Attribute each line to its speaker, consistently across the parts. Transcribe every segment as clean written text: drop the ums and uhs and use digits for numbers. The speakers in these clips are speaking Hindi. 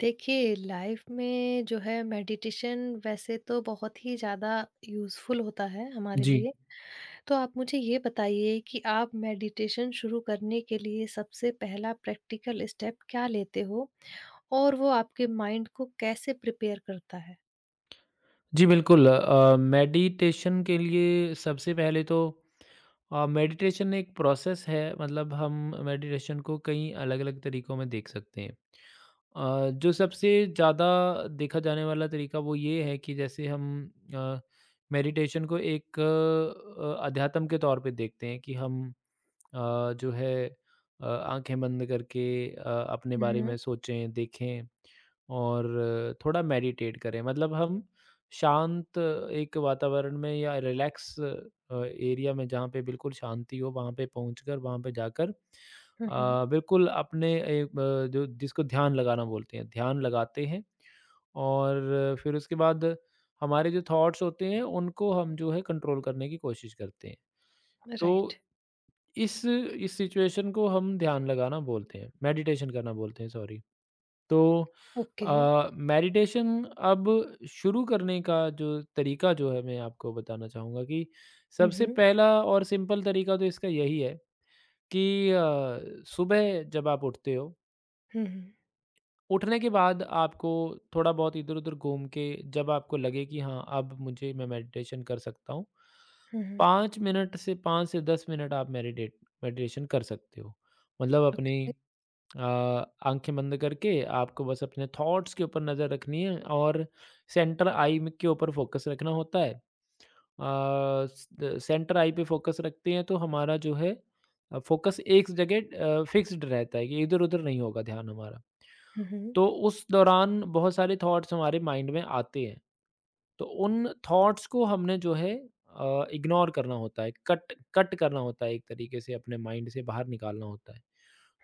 Speaker 1: देखिए, लाइफ में जो है मेडिटेशन वैसे तो बहुत ही ज़्यादा यूज़फुल होता है हमारे
Speaker 2: जी।
Speaker 1: लिए। तो आप मुझे ये बताइए कि आप मेडिटेशन शुरू करने के लिए सबसे पहला प्रैक्टिकल स्टेप क्या लेते हो? और वो आपके माइंड को कैसे प्रिपेयर करता है?
Speaker 2: जी, बिल्कुल मेडिटेशन के लिए सबसे पहले तो मेडिटेशन एक प्रोसेस है, मतलब हम मेडिटेशन को कई अलग-अलग तरीकों में देख सकते हैं। जो सबसे ज़्यादा देखा जाने वाला तरीका वो ये है कि जैसे हम अ, मेडिटेशन को एक अध्यात्म के तौर पे देखते हैं कि हम जो है आँखें बंद करके अ, अपने
Speaker 1: हुँ,
Speaker 2: बारे
Speaker 1: हुँ।
Speaker 2: में सोचें, देखें और थोड़ा मेडिटेट करें। मतलब हम शांत एक वातावरण में या रिलैक्स एरिया में जहाँ पे बिल्कुल शांति हो वहाँ पे पहुँचकर वहाँ पे जाकर
Speaker 1: हुँ, हुँ।
Speaker 2: बिल्कुल अपने एक जो जिसको ध्यान लगाना बोलते हैं, ध्यान लगाते हैं और फिर उसके बाद हमारे जो थॉट्स होते हैं उनको हम जो है कंट्रोल करने की कोशिश करते हैं। तो
Speaker 1: राइट।
Speaker 2: इस सिचुएशन को हम ध्यान लगाना बोलते हैं, मेडिटेशन करना बोलते हैं सॉरी। तो
Speaker 1: ओके।
Speaker 2: मेडिटेशन अब शुरू करने का जो तरीका जो है मैं आपको बताना चाहूँगा कि
Speaker 1: हुँ,
Speaker 2: सबसे
Speaker 1: हुँ।
Speaker 2: पहला और सिंपल तरीका तो इसका यही है कि सुबह जब आप उठते हो,
Speaker 1: हुँ, हुँ।
Speaker 2: उठने के बाद आपको थोड़ा बहुत इधर-उधर घूम के जब आपको लगे कि हाँ, अब मुझे मैं मेडिटेशन कर सकता हूँ,
Speaker 1: हुँ, हुँ।
Speaker 2: 5 मिनट से 5 से 10 मिनट आप मेडिटेट मेडिटेशन कर सकते हो। मतलब अपनी
Speaker 1: ओके।
Speaker 2: आँखें बंद करके आपको बस अपने थॉट्स के ऊपर नज़र रखनी है और सेंटर आई में के ऊपर फोकस रखना होता है। स द सेंटर आई पे फोकस रखते हैं तो हमारा जो है फोकस एक जगह फिक्स्ड रहता है कि इधर-उधर नहीं होगा ध्यान हमारा।
Speaker 1: हुँ, हुँ।
Speaker 2: तो उस दौरान बहुत सारे थॉट्स हमारे माइंड में आते हैं, तो उन थॉट्स को हमने जो है इग्नोर करना होता है, कट कट करना होता है, एक तरीके से अपने माइंड से बाहर निकालना होता है।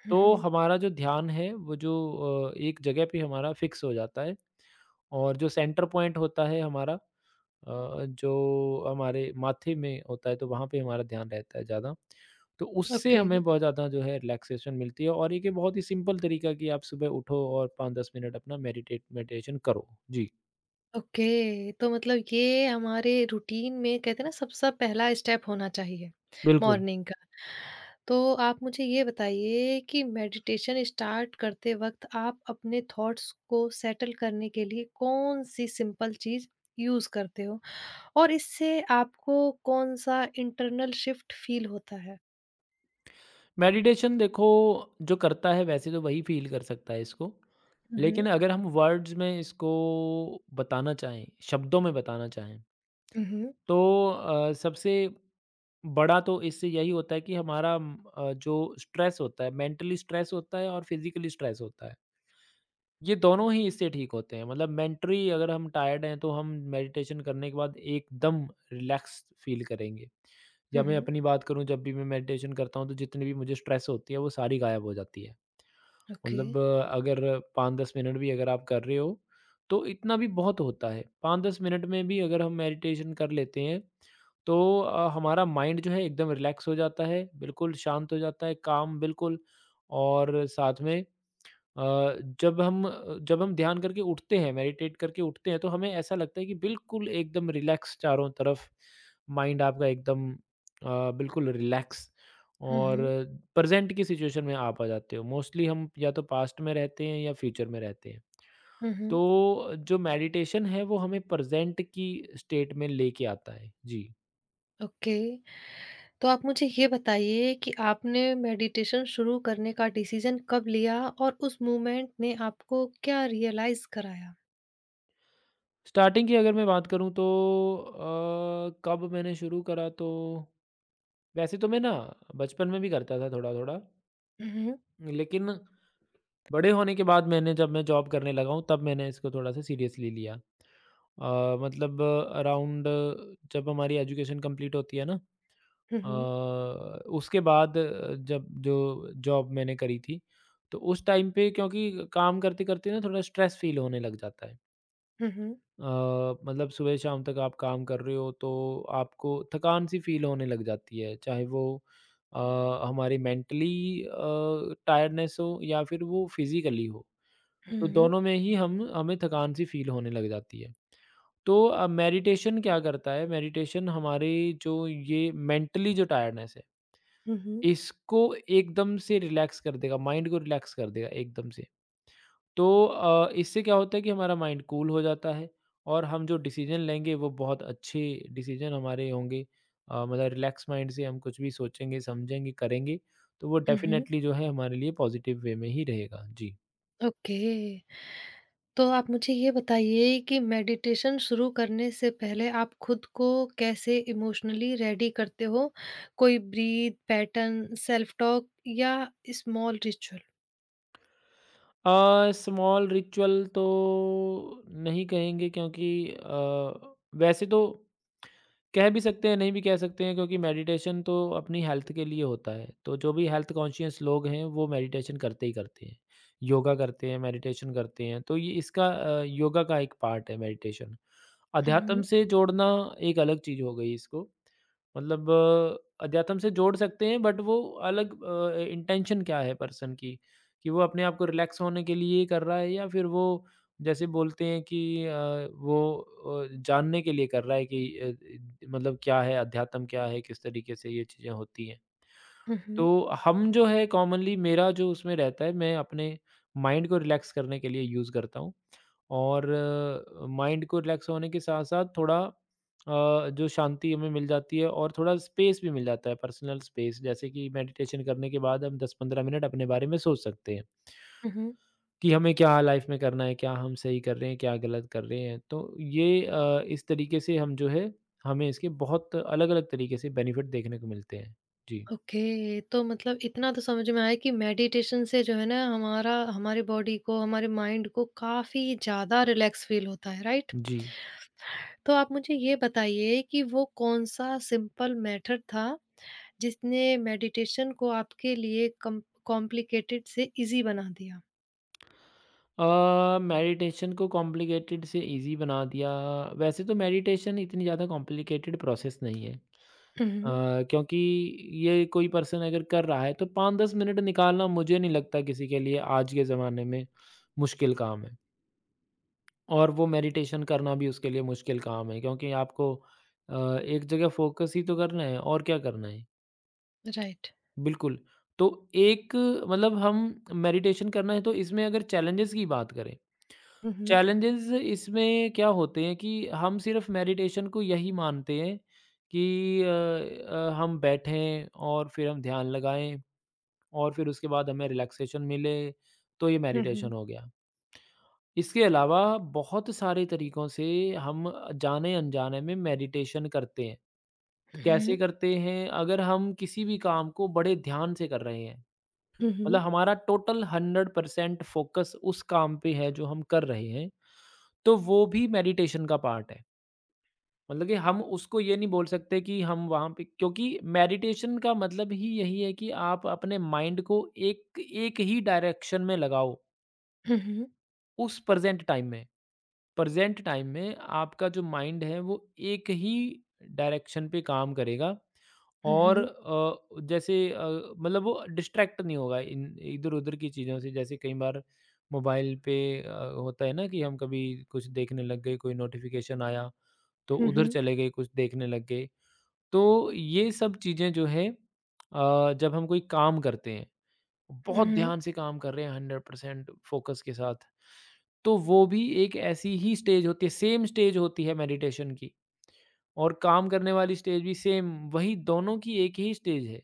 Speaker 1: हुँ,
Speaker 2: तो
Speaker 1: हुँ।
Speaker 2: हमारा जो ध्यान है वो जो एक जगह पे हमारा फिक्स हो जाता है और जो सेंटर पॉइंट होता है हमारा, जो हमारे माथे में होता है, तो वहाँ पे हमारा ध्यान रहता है ज़्यादा। तो उससे
Speaker 1: ओके।
Speaker 2: हमें बहुत ज़्यादा जो है रिलैक्सेशन मिलती है और एक ये बहुत ही सिंपल तरीका है कि आप सुबह उठो और 5-10 मिनट अपना मेडिटेट मेडिटेशन करो। जी,
Speaker 1: ओके, तो मतलब ये हमारे रूटीन में कहते हैं ना सबसे पहला स्टेप होना चाहिए
Speaker 2: बिल्कुल।
Speaker 1: मॉर्निंग का। तो आप मुझे ये बताइए कि मेडिटेशन स्टार्ट करते वक़्त आप अपने थॉट्स को सेटल करने के लिए कौन-सी सिंपल चीज़ यूज़ करते हो? और इससे आपको कौन-सा इंटरनल शिफ्ट फ़ील होता है?
Speaker 2: मेडिटेशन देखो जो करता है वैसे तो वही फ़ील कर सकता है इसको।
Speaker 1: हुँ,
Speaker 2: लेकिन
Speaker 1: हुँ।
Speaker 2: अगर हम वर्ड्स में इसको बताना चाहें, शब्दों में बताना चाहें,
Speaker 1: हुँ, हुँ।
Speaker 2: तो सबसे बड़ा तो इससे यही होता है कि हमारा जो स्ट्रेस होता है, मेंटली स्ट्रेस होता है और फिजिकली स्ट्रेस होता है, ये दोनों ही इससे ठीक होते हैं। मतलब मेंटली अगर हम टायर्ड हैं तो हम मेडिटेशन करने के बाद एकदम रिलैक्स फील करेंगे। या
Speaker 1: हुँ,
Speaker 2: मैं
Speaker 1: हुँ।
Speaker 2: अपनी बात करूं, जब भी मैं मेडिटेशन करता हूं तो जितनी भी मुझे स्ट्रेस होती है वो सारी गायब हो जाती है।
Speaker 1: ओके।
Speaker 2: मतलब अगर 5-10 मिनट भी अगर आप कर रहे हो, तो इतना भी बहुत होता है। 5-10 मिनट में भी अगर हम मेडिटेशन कर लेते हैं, तो हमारा माइंड जो है एकदम रिलैक्स हो जाता है, बिल्कुल शांत हो जाता है, काम बिल्कुल। और साथ में अ, जब हम ध्यान करके उठते हैं, मेडिटेट करके उठते हैं, तो हमें ऐसा लगता है कि बिल्कुल एकदम रिलैक्स चारों तरफ, माइंड आपका एकदम बिल्कुल रिलैक्स।
Speaker 1: हुँ,
Speaker 2: और
Speaker 1: हुँ।
Speaker 2: प्रेज़ेंट की सिचुएशन में आप आ जाते हो। मोस्टली हम या तो पास्ट में रहते हैं या फ्यूचर में रहते हैं।
Speaker 1: हुँ, हुँ।
Speaker 2: तो जो मेडिटेशन है, वो हमें प्रेज़ेंट की स्टेट में लेके आता है। जी।
Speaker 1: ओके। तो आप मुझे ये बताइए कि आपने मेडिटेशन शुरू करने का डिसीजन कब लिया और उस मूवमेंट ने आपको क्या रियलाइज कराया?
Speaker 2: स्टार्टिंग की अगर मैं बात करूँ तो कब मैंने शुरू करा, तो वैसे तो मैं ना बचपन में भी करता था थोड़ा-थोड़ा।
Speaker 1: हुँ, हुँ,
Speaker 2: लेकिन बड़े होने के बाद, मैंने जब मैं जॉब करने लगा हूँ, तब मैंने इसको थोड़ा-सा सीरियसली लिया। मतलब अराउंड जब हमारी एजुकेशन कंप्लीट होती है ना, अ,
Speaker 1: हुँ,
Speaker 2: उसके बाद जब जो जॉब मैंने करी थी, तो उस टाइम पे क्योंकि काम करते-करते ना थोड़ा स्ट्रेस फ़ील होने लग जाता है।
Speaker 1: हुँ, हुँ,
Speaker 2: अ, मतलब सुबह-शाम तक आप काम कर रहे हो, तो आपको थकान-सी फ़ील होने लग जाती है। चाहे वो अ, हमारी मेंटली अ, टायर्डनेस हो या फिर वो फिज़िकली हो। तो
Speaker 1: हुँ,
Speaker 2: दोनों में ही हम हमें थकान सी फ़ील होने लग जाती है। तो मेडिटेशन क्या करता है, मेडिटेशन हमारी जो ये मेंटली जो टायर्डनेस है,
Speaker 1: हुँ, हुँ,
Speaker 2: इसको एकदम से रिलैक्स कर देगा, माइंड को रिलैक्स कर देगा एकदम से। तो इससे क्या होता है कि हमारा माइंड कूल हो जाता है और हम जो डिसीज़न लेंगे वो बहुत अच्छे डिसीज़न हमारे होंगे। मतलब रिलैक्स माइंड से हम कुछ भी सोचेंगे, समझेंगे, करेंगे, तो वो
Speaker 1: हुँ, हुँ।
Speaker 2: डेफ़िनेटली जो है हमारे लिए पॉज़िटिव वे में ही रहेगा। जी।
Speaker 1: ओके। तो आप मुझे ये बताइए कि मेडिटेशन शुरू करने से पहले आप खुद को कैसे इमोशनली रेडी करते हो? कोई ब्रीथ पैटर्न, सेल्फ टॉक या स्मॉल रिचुअल?
Speaker 2: स्मॉल रिचुअल तो नहीं कहेंगे क्योंकि वैसे तो कह भी सकते हैं नहीं भी कह सकते हैं क्योंकि मेडिटेशन तो अपनी हेल्थ के लिए होता है, तो जो भी हेल्थ कॉन्शियस लोग हैं वो मेडिटेशन करते ही करते हैं, योगा करते हैं, मेडिटेशन करते हैं। तो ये इसका योगा का एक पार्ट है मेडिटेशन। अध्यात्म
Speaker 1: हुँ,
Speaker 2: से जोड़ना एक अलग चीज़ हो गई इसको। मतलब अध्यात्म से जोड़ सकते हैं बट वो अलग इंटेंशन क्या है पर्सन की, कि वो अपने आप को रिलैक्स होने के लिए कर रहा है या फिर वो जैसे बोलते हैं कि वो जानने के लिए कर रहा है कि मतलब क्या है, अध्यात्म क्या है, किस तरीके से ये चीज़ें होती हैं।
Speaker 1: हुँ,
Speaker 2: तो
Speaker 1: हुँ,
Speaker 2: हम जो है कॉमनली मेरा जो उसमें रहता है, मैं अपने माइंड को रिलैक्स करने के लिए यूज़ करता हूँ। और माइंड को रिलैक्स होने के साथ साथ थोड़ा जो शांति हमें मिल जाती है और थोड़ा स्पेस भी मिल जाता है, पर्सनल स्पेस, जैसे कि मेडिटेशन करने के बाद हम 10-15 मिनट अपने बारे में सोच सकते हैं
Speaker 1: हुँ, हुँ।
Speaker 2: कि हमें क्या लाइफ में करना है, क्या हम सही कर रहे हैं, क्या गलत कर रहे हैं। तो ये इस तरीके से हम जो है हमें इसके बहुत अलग-अलग तरीके से बेनिफिट देखने को मिलते हैं। जी।
Speaker 1: ओके, तो मतलब इतना तो समझ में आया कि मेडिटेशन से जो है ना हमारा हमारी बॉडी को, हमारे माइंड को काफ़ी ज़्यादा रिलैक्स फ़ील होता है, राइट?
Speaker 2: जी।
Speaker 1: तो आप मुझे ये बताइए कि वो कौन-सा सिंपल मेथड था, जिसने मेडिटेशन को आपके लिए कम कॉम्प्लिकेटेड से ईज़ी बना दिया?
Speaker 2: अ, मेडिटेशन को कॉम्प्लिकेटेड से ईज़ी बना दिया। वैसे तो मेडिटेशन इतनी ज़्यादा कॉम्प्लिकेटेड प्रोसेस नहीं है।
Speaker 1: हुँ, हुँ,
Speaker 2: क्योंकि ये कोई पर्सन अगर कर रहा है तो 5-10 मिनट निकालना मुझे नहीं लगता किसी के लिए आज के ज़माने में मुश्किल काम है। और वो मेडिटेशन करना भी उसके लिए मुश्किल काम है क्योंकि आपको अ, एक जगह फ़ोकस ही तो करना है और क्या करना है?
Speaker 1: राइट।
Speaker 2: बिल्कुल। तो एक मतलब हम मेडिटेशन करना है, तो इसमें अगर चैलेंजेस की बात करें,
Speaker 1: हुँ, हुँ।
Speaker 2: चैलेंजेस इसमें क्या होते हैं कि हम सिर्फ मेडिटेशन को यही मानते हैं कि हम बैठें और फिर हम ध्यान लगाएँ और फिर उसके बाद हमें रिलैक्सेशन मिले, तो ये
Speaker 1: हुँ, हुँ।
Speaker 2: मेडिटेशन हो गया। इसके अलावा बहुत सारे तरीकों से हम जाने-अनजाने में मेडिटेशन करते हैं। तो कैसे करते हैं? अगर हम किसी भी काम को बड़े ध्यान से कर रहे हैं,
Speaker 1: हुँ,
Speaker 2: मतलब
Speaker 1: हुँ।
Speaker 2: हमारा टोटल 100% फ़ोकस उस काम पे है जो हम कर रहे हैं, तो वो भी मेडिटेशन का पार्ट है। मतलब कि हम उसको ये नहीं बोल सकते कि हम वहाँ पे क्योंकि मेडिटेशन का मतलब ही यही है कि आप अपने माइंड को एक एक ही डायरेक्शन में लगाओ।
Speaker 1: हुँ, हुँ।
Speaker 2: उस प्रेजेंट टाइम में, प्रेजेंट टाइम में आपका जो माइंड है वो एक ही डायरेक्शन पे काम करेगा
Speaker 1: हुँ,
Speaker 2: और
Speaker 1: हुँ।
Speaker 2: मतलब वो डिस्ट्रैक्ट नहीं होगा इन इधर उधर की चीज़ों से, जैसे कई बार मोबाइल पे होता है ना कि हम कभी कुछ देखने लग गए, कोई नोटिफिकेशन आया तो
Speaker 1: हुँ, हुँ। हुँ,
Speaker 2: उधर
Speaker 1: हुँ।
Speaker 2: चले गए, कुछ देखने लग गए। तो ये सब चीज़ें जो है जब हम कोई काम करते हैं,
Speaker 1: हुँ,
Speaker 2: बहुत
Speaker 1: हुँ।
Speaker 2: ध्यान से काम कर रहे हैं 100% फ़ोकस के साथ, तो वो भी एक ऐसी ही स्टेज होती है, सेम स्टेज होती है मेडिटेशन की। और काम करने वाली स्टेज भी सेम, वही दोनों की एक ही स्टेज है।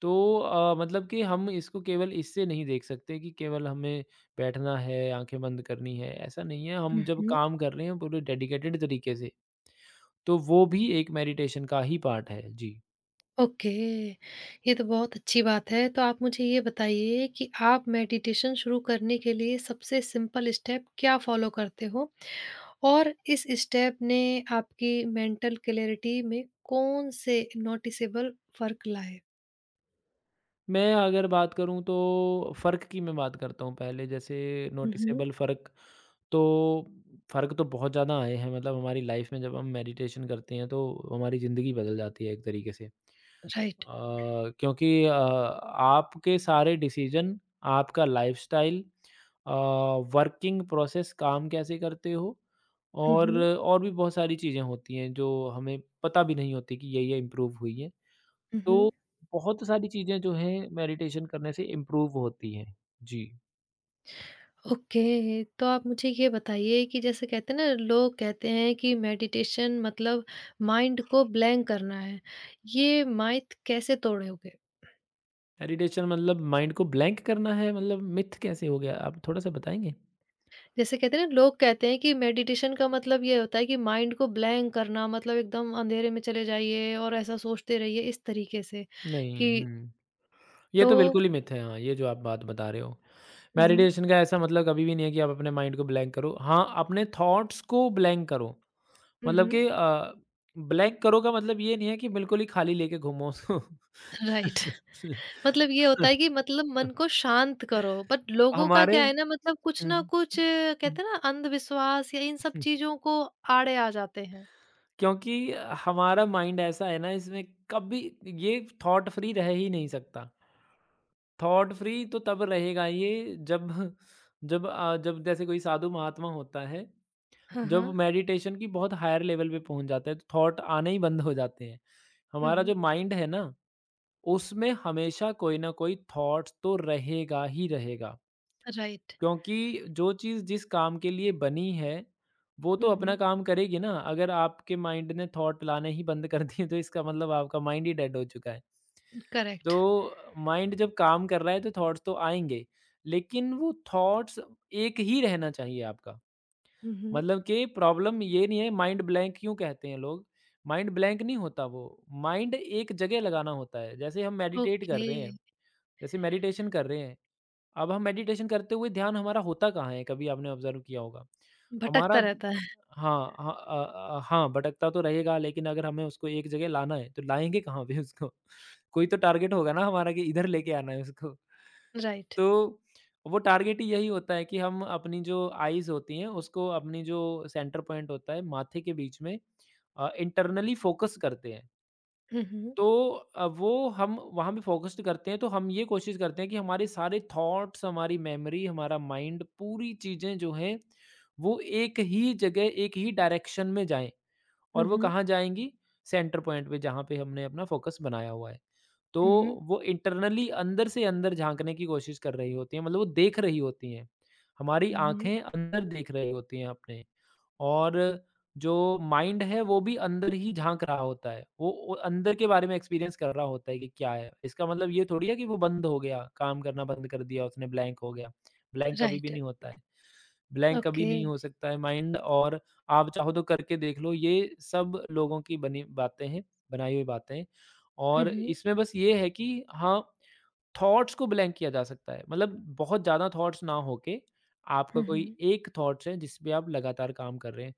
Speaker 2: तो मतलब कि हम इसको केवल इससे नहीं देख सकते कि केवल हमें बैठना है, आँखें बंद करनी है, ऐसा नहीं है। हम
Speaker 1: हुँ,
Speaker 2: जब
Speaker 1: हुँ।
Speaker 2: काम कर रहे हैं पूरे डेडिकेटेड तरीके से, तो वो भी एक मेडिटेशन का ही पार्ट है। जी।
Speaker 1: ओके, ये तो बहुत अच्छी बात है। तो आप मुझे ये बताइए कि आप मेडिटेशन शुरू करने के लिए सबसे सिंपल स्टेप क्या फ़ॉलो करते हो? और इस स्टेप ने आपकी मेंटल क्लैरिटी में कौन से नोटिसेबल फ़र्क लाए?
Speaker 2: मैं अगर बात करूँ तो फ़र्क की, मैं बात करता हूँ पहले जैसे
Speaker 1: हुँ, हुँ।
Speaker 2: नोटिसेबल फ़र्क, तो फ़र्क तो बहुत ज़्यादा आए हैं। मतलब हमारी लाइफ में जब हम मेडिटेशन करते हैं तो हमारी ज़िंदगी बदल जाती है एक तरीके से। अ,
Speaker 1: राइट।
Speaker 2: क्योंकि अ, आपके सारे डिसीजन, आपका लाइफ़स्टाइल, अ, वर्किंग प्रोसेस, काम कैसे करते हो
Speaker 1: हुँ,
Speaker 2: और
Speaker 1: हुँ।
Speaker 2: और भी बहुत सारी चीज़ें होती हैं जो हमें पता भी नहीं होती कि ये इम्प्रूव हुई हैं।
Speaker 1: हुँ,
Speaker 2: तो
Speaker 1: हुँ।
Speaker 2: बहुत सारी चीज़ें जो हैं मेडिटेशन करने से इम्प्रूव होती हैं। जी।
Speaker 1: ओके, तो आप मुझे ये बताइए कि जैसे कहते हैं ना लोग कहते हैं कि मेडिटेशन मतलब माइंड को ब्लैंक करना है। ये माइथ कैसे तोड़ोगे?
Speaker 2: मेडिटेशन मतलब माइंड को ब्लैंक करना है, मतलब मिथ कैसे हो गया? आप थोड़ा-सा बताएँगे?
Speaker 1: जैसे कहते हैं ना लोग कहते हैं कि मेडिटेशन का मतलब ये होता है कि माइंड को ब्लैंक करना मतलब एकदम अंधेरे में चले जाइए और ऐसा सोचते रहिए इस तरीके से कि
Speaker 2: नहीं, हुँ। ये
Speaker 1: तो
Speaker 2: तो बिल्कुल ही मिथ है, हाँ, ये जो आप बात बता रहे हो।
Speaker 1: हम्म।
Speaker 2: मेडिटेशन का ऐसा मतलब कभी भी नहीं है कि आप अपने माइंड को ब्लैंक करो। हाँ, अपने थॉट्स को ब्लैंक करो। मतलब
Speaker 1: हम्म।
Speaker 2: कि ब्लैंक करो का मतलब ये नहीं है कि बिल्कुल ही खाली लेके घूमो उसको।
Speaker 1: राइट। मतलब ये होता है कि मतलब मन को शांत करो बट लोगों का
Speaker 2: हमारे
Speaker 1: क्या है ना मतलब कुछ
Speaker 2: हुँ,
Speaker 1: ना कुछ
Speaker 2: हुँ,
Speaker 1: कहते हैं ना अंधविश्वास या इन सब
Speaker 2: हुँ।
Speaker 1: चीजों को आड़े आ जाते हैं।
Speaker 2: क्योंकि हमारा माइंड ऐसा है ना, इसमें कभी ये थॉट फ्री रह ही नहीं सकता। थॉट फ्री तो तब रहेगा ये, जब जब अ, जब जैसे कोई साधु महात्मा होता है,
Speaker 1: हाँ,
Speaker 2: जब
Speaker 1: हाँ।
Speaker 2: मेडिटेशन की बहुत हायर लेवल पे पहुँच जाता है तो थॉट आने ही बंद हो जाते हैं। हमारा जो
Speaker 1: हम्म।
Speaker 2: माइंड है ना, उसमें हमेशा कोई ना कोई थॉट्स तो रहेगा ही रहेगा।
Speaker 1: राइट।
Speaker 2: क्योंकि जो चीज़ जिस काम के लिए बनी है, वो तो अपना
Speaker 1: हम्म।
Speaker 2: काम करेगी ना। अगर आपके माइंड ने थॉट लाने ही बंद कर दिए तो इसका मतलब आपका माइंड ही डेड हो चुका है।
Speaker 1: करेक्ट।
Speaker 2: तो माइंड जब काम कर रहा है तो थॉट्स तो आएँगे, लेकिन वो थॉट्स एक ही रहना चाहिए आपका।
Speaker 1: हम्म।
Speaker 2: मतलब कि प्रॉब्लम ये नहीं है, माइंड ब्लैंक क्यों कहते हैं लोग? माइंड ब्लैंक नहीं होता वो, माइंड एक जगह लगाना होता है। जैसे हम मेडिटेट कर
Speaker 1: ओके।
Speaker 2: रहे हैं, जैसे मेडिटेशन कर रहे हैं। अब हम मेडिटेशन करते हुए ध्यान हमारा होता कहाँ है? कभी आपने ऑब्ज़र्व किया होगा।
Speaker 1: भटकता
Speaker 2: हमारा
Speaker 1: रहता है।
Speaker 2: हाँ, हाँ, हाँ, भटकता तो रहेगा लेकिन अगर हमें उसको एक जगह लाना है, तो लाएँगे कहाँ पे उसको? कोई तो टारगेट होगा ना हमारा कि इधर लेके आना है उसको।
Speaker 1: राइट।
Speaker 2: तो वो टारगेट ही यही होता है कि हम अपनी जो आइज़ होती हैं, उसको अपनी जो सेंटर पॉइंट होता है माथे के बीच में, इंटरनली फ़ोकस करते हैं।
Speaker 1: हम्म।
Speaker 2: तो वो हम वहाँ पे फ़ोकस्ड करते हैं, तो हम ये कोशिश करते हैं कि हमारे सारे थॉट्स, हमारी मेमोरी, हमारा माइंड, पूरी चीज़ें जो हैं, वो एक ही जगह, एक ही डायरेक्शन में जाएँ और वो
Speaker 1: हम्म।
Speaker 2: कहाँ जाएँगी? सेंटर पॉइंट पे, जहाँ पे हमने अपना फ़ोकस बनाया हुआ है। तो
Speaker 1: हुँ, हुँ।
Speaker 2: वो इंटरनली अंदर से अंदर झाँकने की कोशिश कर रही होती हैं, मतलब वो देख रही होती हैं। हमारी
Speaker 1: हुँ, हुँ।
Speaker 2: आँखें अंदर देख रही होती हैं अपने। और जो माइंड है वो भी अंदर ही झाँक रहा होता है। वो अंदर के बारे में एक्सपीरियंस कर रहा होता है कि क्या है। इसका मतलब ये थोड़ी है कि वो बंद हो गया, काम करना बंद कर दिया उसने, ब्लैंक हो गया। ब्लैंक कभी भी
Speaker 1: राइट,
Speaker 2: नहीं होता है, ब्लैंक कभी
Speaker 1: ओके।
Speaker 2: नहीं हो सकता है माइंड, और आप चाहो तो करके देख लो। ये सब लोगों की बनी बातें हैं, बनाई हुई बातें हैं,
Speaker 1: हुँ,
Speaker 2: और
Speaker 1: हुँ।
Speaker 2: इसमें बस ये है कि हाँ, थॉट्स को ब्लैंक किया जा सकता है। मतलब बहुत ज़्यादा थॉट्स ना होके आपका
Speaker 1: हुँ,
Speaker 2: कोई
Speaker 1: हुँ।
Speaker 2: एक थॉट्स है जिस पे आप लगातार काम कर रहे हैं,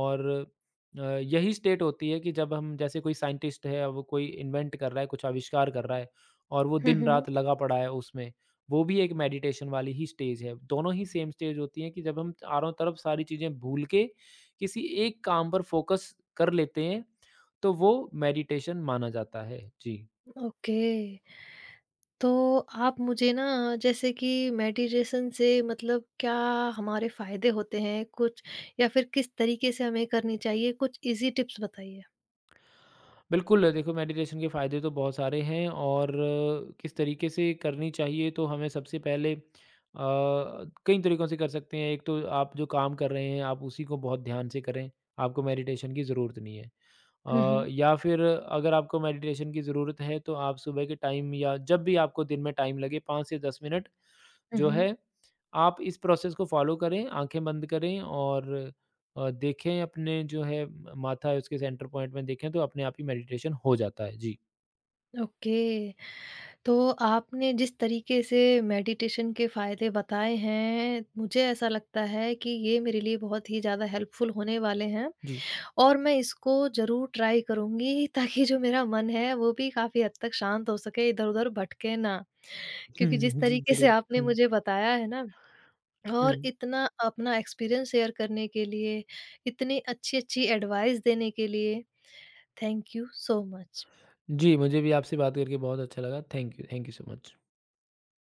Speaker 2: और यही स्टेट होती है कि जब हम, जैसे कोई साइंटिस्ट है वो कोई इन्वेंट कर रहा है, कुछ आविष्कार कर रहा है और वो
Speaker 1: हुँ, हुँ।
Speaker 2: दिन-रात लगा पड़ा है उसमें, वो भी एक मेडिटेशन वाली ही स्टेज है। दोनों ही सेम स्टेज होती है कि जब हम चारों तरफ सारी चीज़ें भूल के किसी एक काम पर फोकस कर लेते हैं, तो वो मेडिटेशन माना जाता है। जी।
Speaker 1: ओके। तो आप मुझे ना जैसे कि मेडिटेशन से मतलब क्या हमारे फ़ायदे होते हैं कुछ या फिर किस तरीके से हमें करनी चाहिए? कुछ ईज़ी टिप्स बताइए।
Speaker 2: बिल्कुल, देखो मेडिटेशन के फ़ायदे तो बहुत सारे हैं, और किस तरीके से करनी चाहिए तो हमें सबसे पहले कई तरीकों से कर सकते हैं। एक तो आप जो काम कर रहे हैं, आप उसी को बहुत ध्यान से करें, आपको मेडिटेशन की ज़रूरत नहीं है।
Speaker 1: हुँ, हुँ।
Speaker 2: या फिर अगर आपको मेडिटेशन की ज़रूरत है तो आप सुबह के टाइम या जब भी आपको दिन में टाइम लगे, 5 से 10 मिनट
Speaker 1: हुँ,
Speaker 2: जो है
Speaker 1: हुँ।
Speaker 2: आप इस प्रोसेस को फ़ॉलो करें, आँखें बंद करें और देखें अपने जो है माथा है उसके सेंटर पॉइंट में देखें तो अपने आप ही मेडिटेशन हो जाता है। जी,
Speaker 1: ओके। तो आपने जिस तरीके से मेडिटेशन के फ़ायदे बताए हैं, मुझे ऐसा लगता है कि ये मेरे लिए बहुत ही ज़्यादा हेल्पफुल होने वाले हैं।
Speaker 2: जी।
Speaker 1: और मैं इसको ज़रूर ट्राई करूँगी ताकि जो मेरा मन है वो भी काफ़ी हद तक शांत हो सके, इधर-उधर भटके ना। क्योंकि जिस
Speaker 2: हुँ, जी,
Speaker 1: तरीके से
Speaker 2: ज़रूर।
Speaker 1: आपने
Speaker 2: हुँ,
Speaker 1: मुझे बताया है ना
Speaker 2: हुँ।
Speaker 1: और इतना अपना एक्सपीरियंस शेयर करने के लिए, इतनी अच्छी-अच्छी एडवाइस देने के लिए, थैंक यू सो मच।
Speaker 2: जी, मुझे भी आपसे बात करके बहुत अच्छा लगा। Thank you so much.